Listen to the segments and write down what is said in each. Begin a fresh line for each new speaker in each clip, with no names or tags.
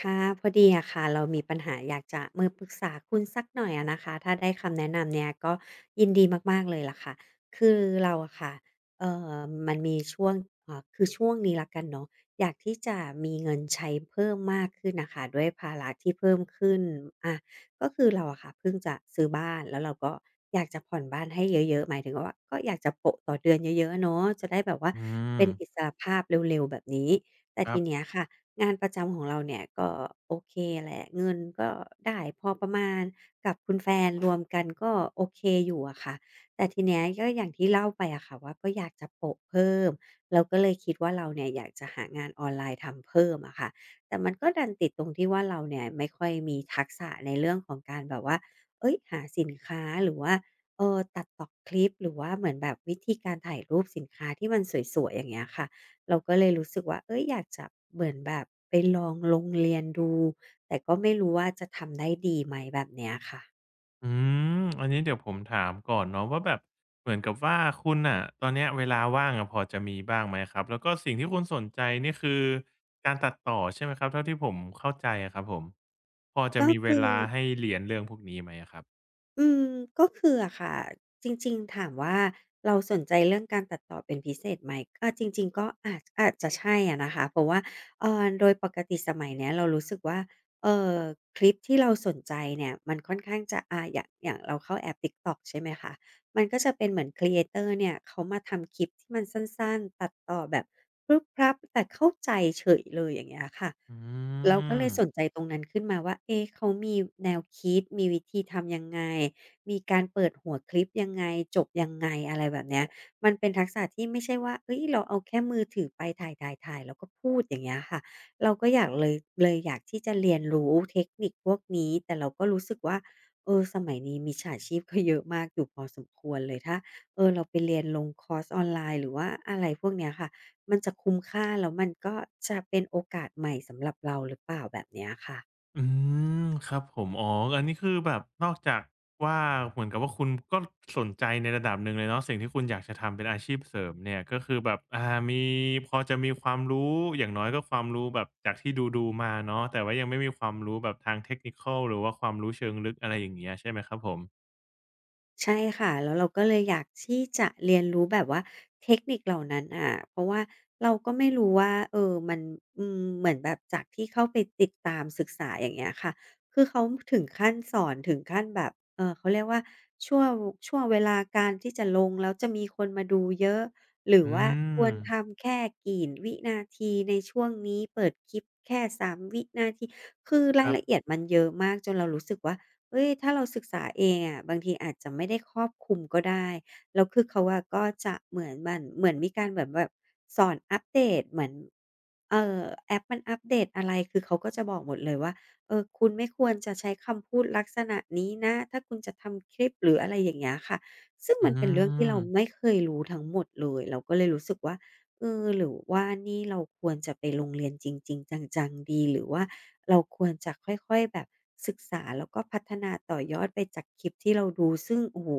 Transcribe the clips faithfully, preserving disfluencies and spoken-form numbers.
ค่ะพอดีอะค่ะเรามีปัญหาอยากจะมาปรึกษาคุณสักหน่อยอะนะคะถ้าได้คำแนะนำเนี่ยก็ยินดีมากๆเลยล่ะค่ะคือเราอะค่ะเอ่อมันมีช่วงอ่าคือช่วงนี้แล้วกันเนาะอยากที่จะมีเงินใช้เพิ่มมากขึ้นน่ะค่ะด้วยภาระที่เพิ่มขึ้นอาก็คือเราอะค่ะเพิ่งจะซื้อบ้านแล้วเราก็อยากจะผ่อนบ้านให้เยอะๆหมายถึงว่าก็อยากจะโปะต่อเดือนเยอะๆเนาะจะได้แบบว่า
อืม
เป็นอิสรภาพเร็วๆแบบนี้แต่
ครั
ทีเนี้ย
บ
ค่ะ งานประจำของเราเนี่ยก็โอเคแหละเงินก็ได้พอประมาณกับคุณแฟนรวมกันก็โอเคอยู่อะค่ะแต่ทีเนี้ยก็อย่างที่เล่าไปอะค่ะว่าก็อยากจะโปะเพิ่มเราก็เลยคิดว่าเราเนี่ยอยากจะหางานออนไลน์ทำเพิ่มอะค่ะแต่มันก็ดันติดตรงที่ว่าเราเนี่ยไม่ค่อยมีทักษะในเรื่องของการแบบว่าเอ้ยหาสินค้าหรือว่าเออตัดต่อคลิปหรือว่าเหมือนแบบวิธีการถ่ายรูปสินค้าที่มันสวยๆอย่างเงี้ยค่ะ เราก็เลยรู้สึกว่าเอ้ยอยากจะเหมือนแบบไปลองลงเรียนดูแต่ก็ไม่รู้ว่าจะทำได้ดีไหมแบบเนี้ยค่ะ
อืมอันนี้เดี๋ยวผมถามก่อนเนาะว่าแบบเหมือนกับว่าคุณน่ะตอนเนี้ยเวลาว่างอะพอจะมีบ้างไหมครับแล้วก็สิ่งที่คุณสนใจนี่คือการตัดต่อใช่ไหมครับเท่าที่ผมเข้าใจอะครับผมพอจะ
ก็
มีเว
คือ
ลาให้เรียนเรื่องพวกนี้ไหมอะครับ
อืมก็คืออะค่ะจริงๆถามว่าเราสนใจเรื่องการตัดต่อเป็นพิเศษไหมก็จริงๆก็อาจอาจจะใช่อะนะคะเพราะว่าเอ่อโดยปกติสมัยเนี้ยเรารู้สึกว่าเอ่อคลิปที่เราสนใจเนี่ยมันค่อนข้างจะอ่าอย่างอย่างเราเข้าแอป ติ๊กต็อก ใช่ไหมคะ มันก็จะเป็นเหมือนครีเอเตอร์เนี่ยเขามาทำคลิปที่มันสั้นๆตัดต่อแบบพรึบพรับแต่เข้าใจเฉยเลยอย่างเงี้ยค่ะ
อื
เราก็เล
ม
ยสนใจตรงนั้นขึ้นมาว่าเอ๊ะเขามีแนวคิดมีวิธีทำยังไงมีการเปิดหัวคลิปยังไงจบยังไงอะไรแบบเนี้ยมันเป็นทักษะที่ไม่ใช่ว่าเฮ้ยเราเอาแค่มือถือไปถ่ายๆๆแล้วก็พูดอย่างเงี้ยค่ะเราก็อยากเลยเลยอยากที่จะเรียนรู้เทคนิคพวกนี้แต่เราก็รู้สึกว่า เออสมัยนี้มิจฉาชีพก็เยอะมากอยู่พอสมควรเลยถ้าเออเราไปเรียนลงคอร์สออนไลน์หรือว่าอะไรพวกเนี้ยค่ะมันจะคุ้มค่าแล้วมันก็จะเป็นโอกาสใหม่สำหรับเราหรือเปล่าแบบเนี้ยค่ะ
อืมครับผมอ๋ออันนี้คือแบบนอกจากว่าเหมือนกับว่าคุณก็สนใจในระดับหนึ่งเลยเนาะสิ่งที่คุณอยากจะทำเป็นอาชีพเสริมเนี่ยก็คือแบบอ่ามีพอจะมีความรู้อย่างน้อยก็ความรู้แบบจากที่ดูๆมาเนาะแต่ว่ายังไม่มีความรู้แบบทาง Technical หรือว่าความรู้เชิงลึกอะไรอย่างเงี้ยใช่ไหมครับผม
ใช่ค่ะแล้วเราก็เลยอยากที่จะเรียนรู้แบบว่าเทคนิคเหล่านั้นอะเพราะว่าเราก็ไม่รู้ว่าเออมันอืมเหมือนแบบจากที่เข้าไปติดตามศึกษาอย่างเงี้ยค่ะคือเขาถึงขั้นสอนถึงขั้นแบบเออเขาเรียกว่าช่วงช่วงเวลาการที่จะลงแล้วจะมีคนมาดูเยอะหรือ
อื
ว่าควร
ม
ทำแค่กี่วินาทีในช่วงนี้เปิดคลิปแค่สามวินาทีคือ
ค
ราย
รับ
ละเอียดมันเยอะมากจนเรารู้สึกว่า เฮ้ยถ้าเราศึกษาเองอะบางทีอาจจะไม่ได้ครอบคลุมก็ได้แล้วคือเขาอะก็จะเหมือนมันเหมือนมีการแบบแบบสอนอัปเดตเหมือนเอ่อแอปมันอัปเดตอะไรคือเขาก็จะบอกหมดเลยว่าเออคุณไม่ควรจะใช้คำพูดลักษณะนี้นะถ้าคุณจะทำคลิปหรืออะไรอย่างเงี้ยค่ะซึ่ง
อื
มันเป็นเรื่องที่
ม
เราไม่เคยรู้ทั้งหมดเลยเราก็เลยรู้สึกว่าเออหรือว่านี่เราควรจะไปโรงเรียนจริงๆจังๆดีหรือว่า เราควรจะค่อยๆแบบศึกษาแล้วก็พัฒนาต่อยอดไปจากคลิปที่เราดูซึ่งโอ้โห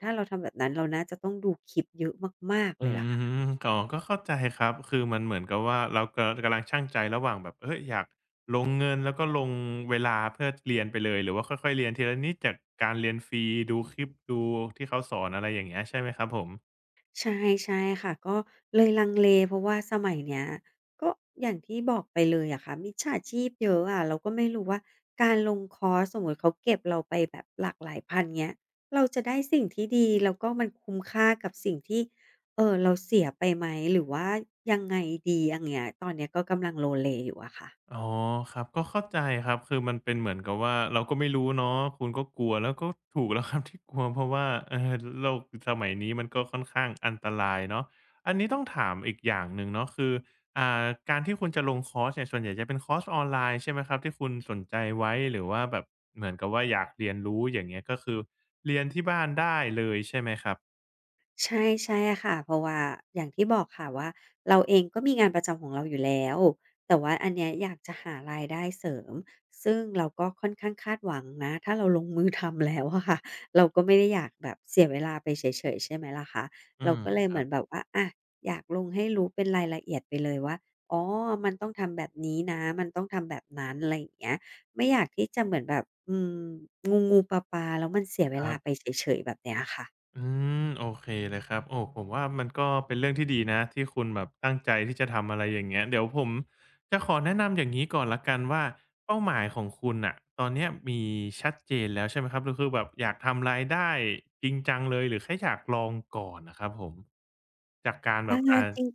ถ้าเราทำแบบนั้นเราน่าจะต้องดูคลิปเยอะมากๆ
อื
เลยล่ะค่ะ
ม๋อก็เข้าใจครับ คือมันเหมือนกับว่าเรากำกำลังชั่งใจระหว่างแบบเอยอยากลงเงินแล้วก็ลงเวลาเพื่อเรียนไปเลยหรือว่าค่อยๆเรียนทีละนิดจากการเรียนฟรีดูคลิปดูที่เขาสอนอะไรอย่างเงี้ยใช่ไหมครับผม
ใช่ใช่ค่ะก็เลยลังเลเพราะว่าสมัยเนี้ยก็อย่างที่บอกไปเลยอะค่ะมิจฉาชีพเยอะอะเราก็ไม่รู้ว่าการลงคอร์สสมมุติเขาเก็บเราไปแบบหลากหลายพันเงี้ยเราจะได้สิ่งที่ดีแล้วก็มันคุ้มค่ากับสิ่งที่เอ่อเราเสียไปไหมหรือว่ายังไงดีอย่างเงี้ยตอนเนี้ยก็กำลังโลเลอยู่อะค่ะ
อ๋อครับก็เข้าใจครับคือมันเป็นเหมือนกับว่าเราก็ไม่รู้เนาะคุณก็กลัวแล้วก็ถูก แล้วครับที่กลัวเพราะว่าเออโลกสมัยนี้มันก็ค่อนข้างอันตรายเนาะอันนี้ต้องถามอีกอย่างหนึ่งเนาะคืออ่าการที่คุณจะลงคอร์สเนี่ยส่วนใหญ่จะเป็นคอร์สออนไลน์ใช่ไหมครับที่คุณสนใจไว้หรือว่าแบบเหมือนกับว่าอยากเรียนรู้อย่างเงี้ยก็คือเรียนที่บ้านได้เลยใช่ไหมครับ
ใช่ใช่ค่ะเพราะว่าอย่างที่บอกค่ะว่าเราเองก็มีงานประจำของเราอยู่แล้วแต่ว่าอันเนี้ยอยากจะหารายได้เสริมซึ่งเราก็ค่อนข้างคาดหวังนะถ้าเราลงมือทำแล้วอะค่ะ เราก็ไม่ได้อยากแบบเสียเวลาไปเฉยๆใช่ไหมล่ะคะ
อื
เรา
ม
ก็เลย
ค
เห
รั
มือ
บ
นแบบว่าอะอยากลงให้รู้เป็นรายละเอียดไปเลยว่าอ๋อมันต้องทำแบบนี้นะมันต้องทำแบบนั้นอะไรอย่างเงี้ยไม่อยากที่จะเหมือนแบบอืมงูๆปลาๆแล้วมันเสียเว
ครั
ลา
บ
ไปเฉยๆแบบเนี้ยค่ะ
อืมโอเคเลยครับโอ้ผมว่ามันก็เป็นเรื่องที่ดีนะที่คุณแบบตั้งใจที่จะทำอะไรอย่างเงี้ยเดี๋ยวผมจะขอแนะนำอย่างนี้ก่อนละกันว่าเป้าหมายของคุณน่ะตอนเนี้ยมีชัดเจนแล้วใช่ไหมครับหรือคือแบบอยากทำรายได้จริงจังเลยหรือแค่อยากลองก่อนนะครับผมจากการแบ
อา
บอ่า
จริง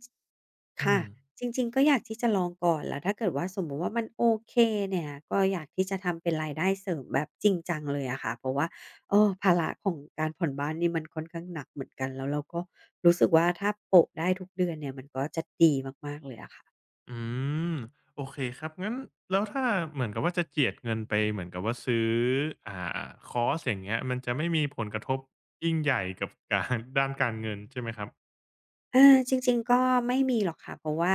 อื
ค่ะ
ม
จริงๆก็อยากที่จะลองก่อนแล้วถ้าเกิดว่าสมมุติว่ามันโอเคเนี่ยก็อยากที่จะทำเป็นรายได้เสริมแบบจริงจังเลยอะค่ะเพราะว่าเออภาระของการผ่อนบ้านนี่มันค่อนข้างหนักเหมือนกันแล้วเราก็รู้สึกว่าถ้าโปะได้ทุกเดือนเนี่ยมันก็จะดีมากๆเลยอะค่ะ
อืมโอเคครับงั้นแล้วถ้าเหมือนกับว่าจะเจียดเงินไปเหมือนกับว่าซื้ออ่าคอร์สอย่างเงี้ยมันจะไม่มีผลกระทบยิ่งใหญ่กับการ ด้านการเงินใช่ไหมครับ
อาจริงๆก็ไม่มีหรอกค่ะเพราะว่า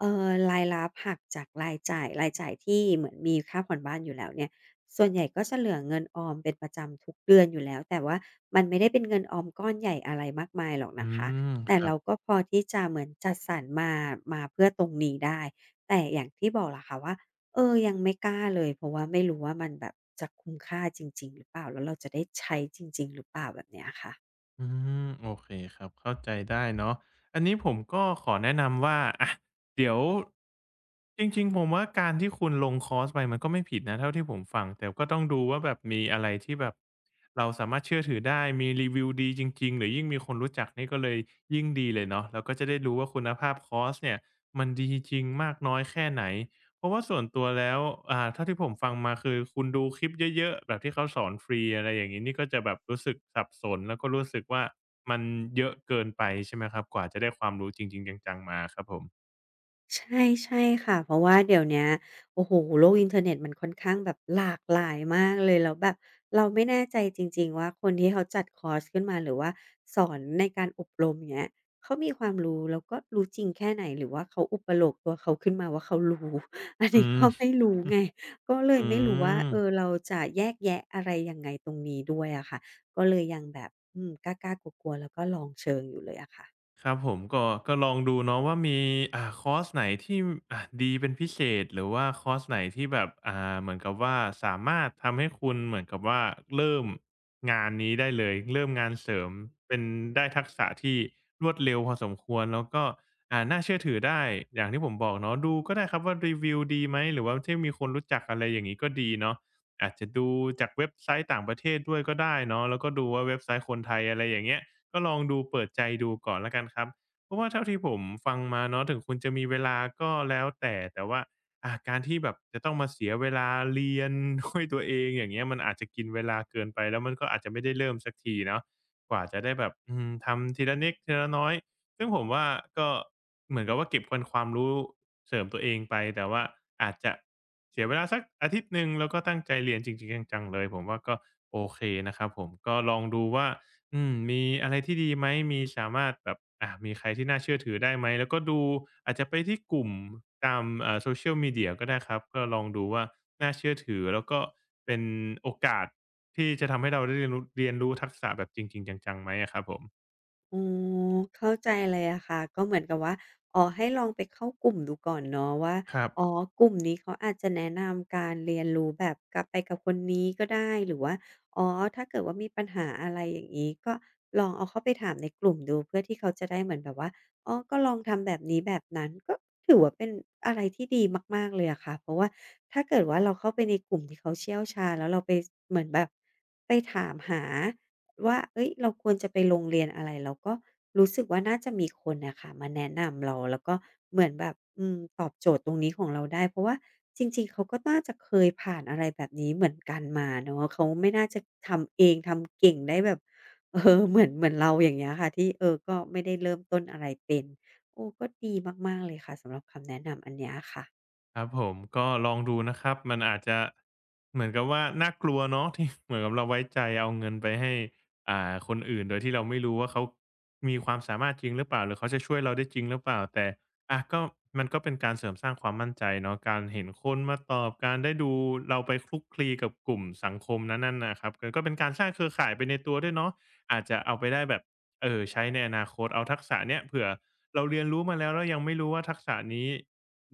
เอ่อรายรับหักจากรายจ่ายรายจ่ายที่เหมือนมีค่าผ่อนบ้านอยู่แล้วเนี่ยส่วนใหญ่ก็จะเหลือเงินออมเป็นประจำทุกเดือนอยู่แล้วแต่ว่ามันไม่ได้เป็นเงินออมก้อนใหญ่อะไรมากมายหรอก
อื
นะคะ
มค
แต่
รั
เรา
บ
ก็พอที่จะเหมือนจัดสรรมามาเพื่อตรงนี้ได้แต่อย่างที่บอกล่ะค่ะว่าเออยังไม่กล้าเลยเพราะว่าไม่รู้ว่ามันแบบจะคุ้มค่าจริงๆหรือเปล่าแล้วเราจะได้ใช้จริงๆหรือเปล่าแบบเนี้ยค่ะ
อืมโอเคครับเข้าใจได้เนาะอันนี้ผมก็ขอแนะนำว่าอ่ะเดี๋ยวจริงๆผมว่าการที่คุณลงคอร์สไปมันก็ไม่ผิดนะเท่าที่ผมฟังแต่ก็ต้องดูว่าแบบมีอะไรที่แบบเราสามารถเชื่อถือได้มีรีวิวดีจริงๆหรือยิ่งมีคนรู้จักนี่ก็เลยยิ่งดีเลยเนาะเราก็จะได้รู้ว่าคุณภาพคอร์สเนี่ยมันดีจริงมากน้อยแค่ไหน เพราะว่าส่วนตัวแล้วอ่าเท่าที่ผมฟังมาคือคุณดูคลิปเยอะๆ แบบที่เขาสอนฟรีอะไรอย่างงี้นี่ก็จะแบบรู้สึกสับสน แล้วก็รู้สึกว่ามันเยอะเกินไปใช่ไหมครับ กว่าจะได้ความรู้จริงๆ จังๆ มาครับผม
ใช่ใช่ค่ะเพราะว่าเดี๋ยวเนี้ยโอ้โหโลกอินเทอร์เน็ตมันค่อนข้างแบบหลากหลายมากเลยแล้วแบบเราไม่แน่ใจจริงๆว่าคนที่เขาจัดคอร์สขึ้นมาหรือว่าสอนในการอบรมอย่างเงี้ยเขามีความรู้แล้วก็รู้จริงแค่ไหนหรือว่าเขาอุปโลกน์ตัวเขาขึ้นมาว่าเขารู้อัน
อื
นี้
ม
ก็ไม่รู้ไง ก็เล
อื
ยไม่รู้ว่า
ม
เออเราจะแยกแยะอะไรยังไงตรงนี้ด้วยอะค่ะก็เลยยังแบบอืมกล้าๆกลัวๆแล้วก็ลองเชิงอยู่เลยอะค่ะ
ครับผมก็ก็ลองดูเนาะว่ามีอ่าคอร์สไหนที่อ่าดีเป็นพิเศษหรือว่าคอร์สไหนที่แบบอ่าเหมือนกับว่าสามารถทำให้คุณเหมือนกับว่าเริ่มงานนี้ได้เลยเริ่มงานเสริมเป็นได้ทักษะที่รวดเร็วพอสมควรแล้วก็อ่าน่าเชื่อถือได้อย่างที่ผมบอกเนาะดูก็ได้ครับว่ารีวิวดีไหมหรือว่าที่มีคนรู้จักอะไรอย่างงี้ก็ดีเนาะอาจจะดูจากเว็บไซต์ต่างประเทศด้วยก็ได้เนาะแล้วก็ดูว่าเว็บไซต์คนไทยอะไรอย่างเงี้ย ก็ลองดูเปิดใจดูก่อนแล้วกันครับ เพราะว่าเท่าที่ผมฟังมาเนาะถึงคุณจะมีเวลาก็แล้วแต่แต่ว่าอ่าการที่แบบจะต้องมาเสียเวลาเรียนด้วยตัวเองอย่างเงี้ยมันอาจจะกินเวลาเกินไปแล้วมันก็อาจจะไม่ได้เริ่มสักทีเนาะกว่าจะได้แบบอืมทำทีละนิดทีละน้อยซึ่งผมว่าก็เหมือนกับว่าเก็บเป็นความรู้เสริมตัวเองไปแต่ว่าอาจจะเสียเวลาสักอาทิตย์หนึ่งแล้วก็ตั้งใจเรียนจริงๆจังๆเลยผมว่าก็โอเคนะครับผมก็ลองดูว่า อืมมีอะไรที่ดีไหมมีสามารถแบบอามีใครที่น่าเชื่อถือได้ไหมแล้วก็ดูอาจจะไปที่กลุ่มตามเอ่อ Social Media ก็ได้ครับก็ลองดูว่าน่าเชื่อถือแล้วก็เป็นโอกาสที่จะทำให้เราได้เรียนรู้เรียนรู้ทักษะแบบจริงๆจังๆไหมอะครับผม
อ๋อเข้าใจเลยอะค่ะก็เหมือนกับว่าอ๋อให้ลองไปเข้ากลุ่มดูก่อนเนาะว่า
ครับ
อ๋อกลุ่มนี้เขาอาจจะแนะนำการเรียนรู้แบบกับไปกับคนนี้ก็ได้หรือว่าอ๋อถ้าเกิดว่ามีปัญหาอะไรอย่างงี้ก็ลองเอาเข้าไปถามในกลุ่มดูเพื่อที่เขาจะได้เหมือนแบบว่าอ๋อก็ลองทำแบบนี้แบบนั้นก็ถือว่าเป็นอะไรที่ดีมากๆเลยอะค่ะเพราะว่าถ้าเกิดว่าเราเข้าไปในกลุ่มที่เขาเชี่ยวชาญแล้วเราไปสเหมือนแบบไปถามหา ว่าเอ้ยเราควรจะไปโรงเรียนอะไร เราก็รู้สึกว่าน่าจะมีคนน่ะค่ะมาแนะนำเรา แล้วก็เหมือนแบบอืมตอบโจทย์ตรงนี้ของเราได้ เพราะว่าจริงๆ เขาก็น่าจะเคยผ่านอะไรแบบนี้เหมือนกันมาเนาะเขาไม่น่าจะทำเองทำเก่งได้แบบเออเหมือนเหมือนเราอย่างเงี้ยค่ะที่เออก็ไม่ได้เริ่มต้นอะไรเป็นโอ้ก็ดีมากๆเลยค่ะสำหรับคำแนะนำอันเนี้ยค่ะ
ครับผมก็ลองดูนะครับมันอาจจะเหมือนกับว่าน่ากลัวเนาะ ที่ เหมือนกับเราไว้ใจเอาเงินไปให้อ่าคนอื่นโดยที่เราไม่รู้ว่าเขามีความสามารถจริงหรือเปล่าหรือเขาจะช่วยเราได้จริงหรือเปล่าแต่อะก็มันก็เป็นการเสริมสร้างความมั่นใจเนาะการเห็นคนมาตอบการได้ดูเราไปคลุกคลีกับกลุ่มสังคมนั้นๆนะครับก็ก็เป็นการสร้างเครือข่ายไปในตัวด้วยเนาะอาจจะเอาไปได้แบบเออใช้ในอนาคตเอาทักษะเนี้ยเผื่อเราเรียนรู้มาแล้วแล้วยังไม่รู้ว่าทักษะนี้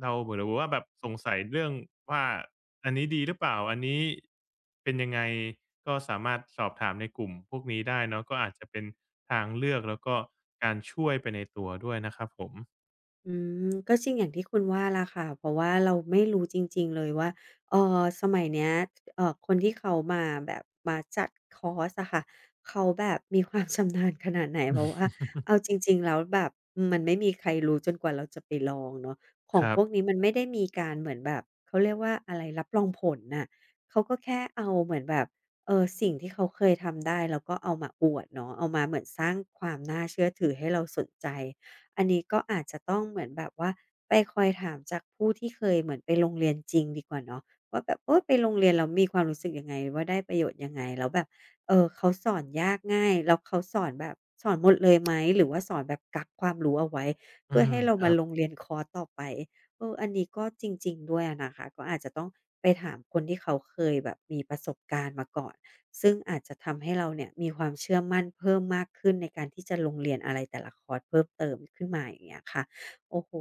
เราเหมือนแบบว่าแบบสงสัยเรื่องว่าอันนี้ดีหรือเปล่าอันนี้เป็นยังไงก็สามารถสอบถามในกลุ่มพวกนี้ได้เนาะก็อาจจะเป็นทางเลือกแล้วก็การช่วยไปในตัวด้วยนะครับผม
อืมก็จริงอย่างที่คุณว่าล่ะค่ะเพราะว่าเราไม่รู้จริงๆเลยว่าเอ่อสมัยเนี้ยเอ่อคนที่เขามาแบบมาจัดคอร์สอะค่ะเขาแบบมีความชำนาญขนาดไหนเพราะว่าเอาจริงๆแล้วแบบอืมมันไม่มีใครรู้จนกว่าเราจะไปลองเนาะขอ
ค
ง
รั
พ
บ
วกนี้มันไม่ได้มีการเหมือนแบบเขาเรียกว่าอะไรรับรองผลน่ะเขาก็แค่เอาเหมือนแบบเอ่อสิ่งที่เขาเคยทำได้แล้วก็เอามาอวดเนาะเอามาเหมือนสร้างความน่าเชื่อถือให้เราสนใจ อันนี้ก็อาจจะต้องเหมือนแบบว่าไปคอยถามจากผู้ที่เคยเหมือนไปโรงเรียนจริงดีกว่าเนาะว่าแบบโอ้ยไปโรงเรียนเรามีความรู้สึกยังไงว่าได้ประโยชน์ยังไงแล้วแบบเอ่อเขาสอนยากง่ายแล้วเขาสอนแบบสอนหมดเลยไหมหรือว่าสอนแบบกักความรู้เอาไว้
อื
เพื่อ
ม
ให้เรา
ค
มา
รับ
ลงเรียนคอร์สต่อไปเอออันนี้ก็จริงๆด้วยอะนะคะก็อาจจะต้องไปถามคนที่เขาเคยแบบมีประสบการณ์มาก่อน ซึ่งอาจจะทำให้เราเนี่ยมีความเชื่อมั่นเพิ่มมากขึ้นในการที่จะลงเรียนอะไรแต่ละคอร์สเพิ่มเติมขึ้นมาอย่างเงี้ยค่ะโอ้โฮ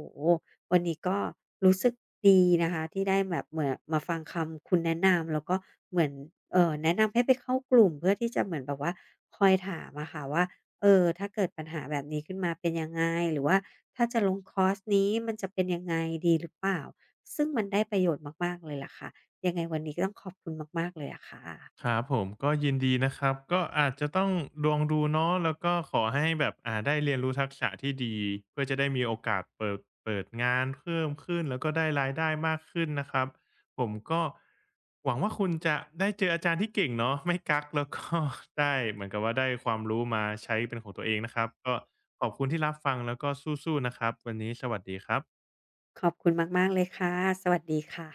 วันนี้ก็รู้สึกดีนะคะที่ได้แบบเหมือนมาฟังคำคุณแนะนำแล้วก็เหมือนเอ่อแนะนำให้ไปเข้ากลุ่มเพื่อที่จะเหมือนแบบว่าคอยถามอะค่ะว่าเออถ้าเกิดปัญหาแบบนี้ขึ้นมาเป็นยังไงหรือว่าถ้าจะลงคอร์สนี้มันจะเป็นยังไงดีหรือเปล่าซึ่งมันได้ประโยชน์มากๆเลยล่ะค่ะยังไงวันนี้ก็ต้องขอบคุณมากๆเลยอะค่ะ
ครับผมก็ยินดีนะครับก็อาจจะต้องลองดูเนาะแล้วก็ขอให้แบบอ่าได้เรียนรู้ทักษะที่ดีเพื่อจะได้มีโอกาสเปิดเปิดงานเพิ่มขึ้นแล้วก็ได้รายได้มากขึ้นนะครับผมก็หวังว่าคุณจะได้เจออาจารย์ที่เก่งเนาะไม่กักแล้วก็ ได้เหมือนกับว่าได้ความรู้มาใช้เป็นของตัวเองนะครับก็ขอบคุณที่รับฟังแล้วก็สู้ๆนะครับวันนี้สวัสดีครับ
ขอบคุณมากๆเลยค่ะ สวัสดีค่ะ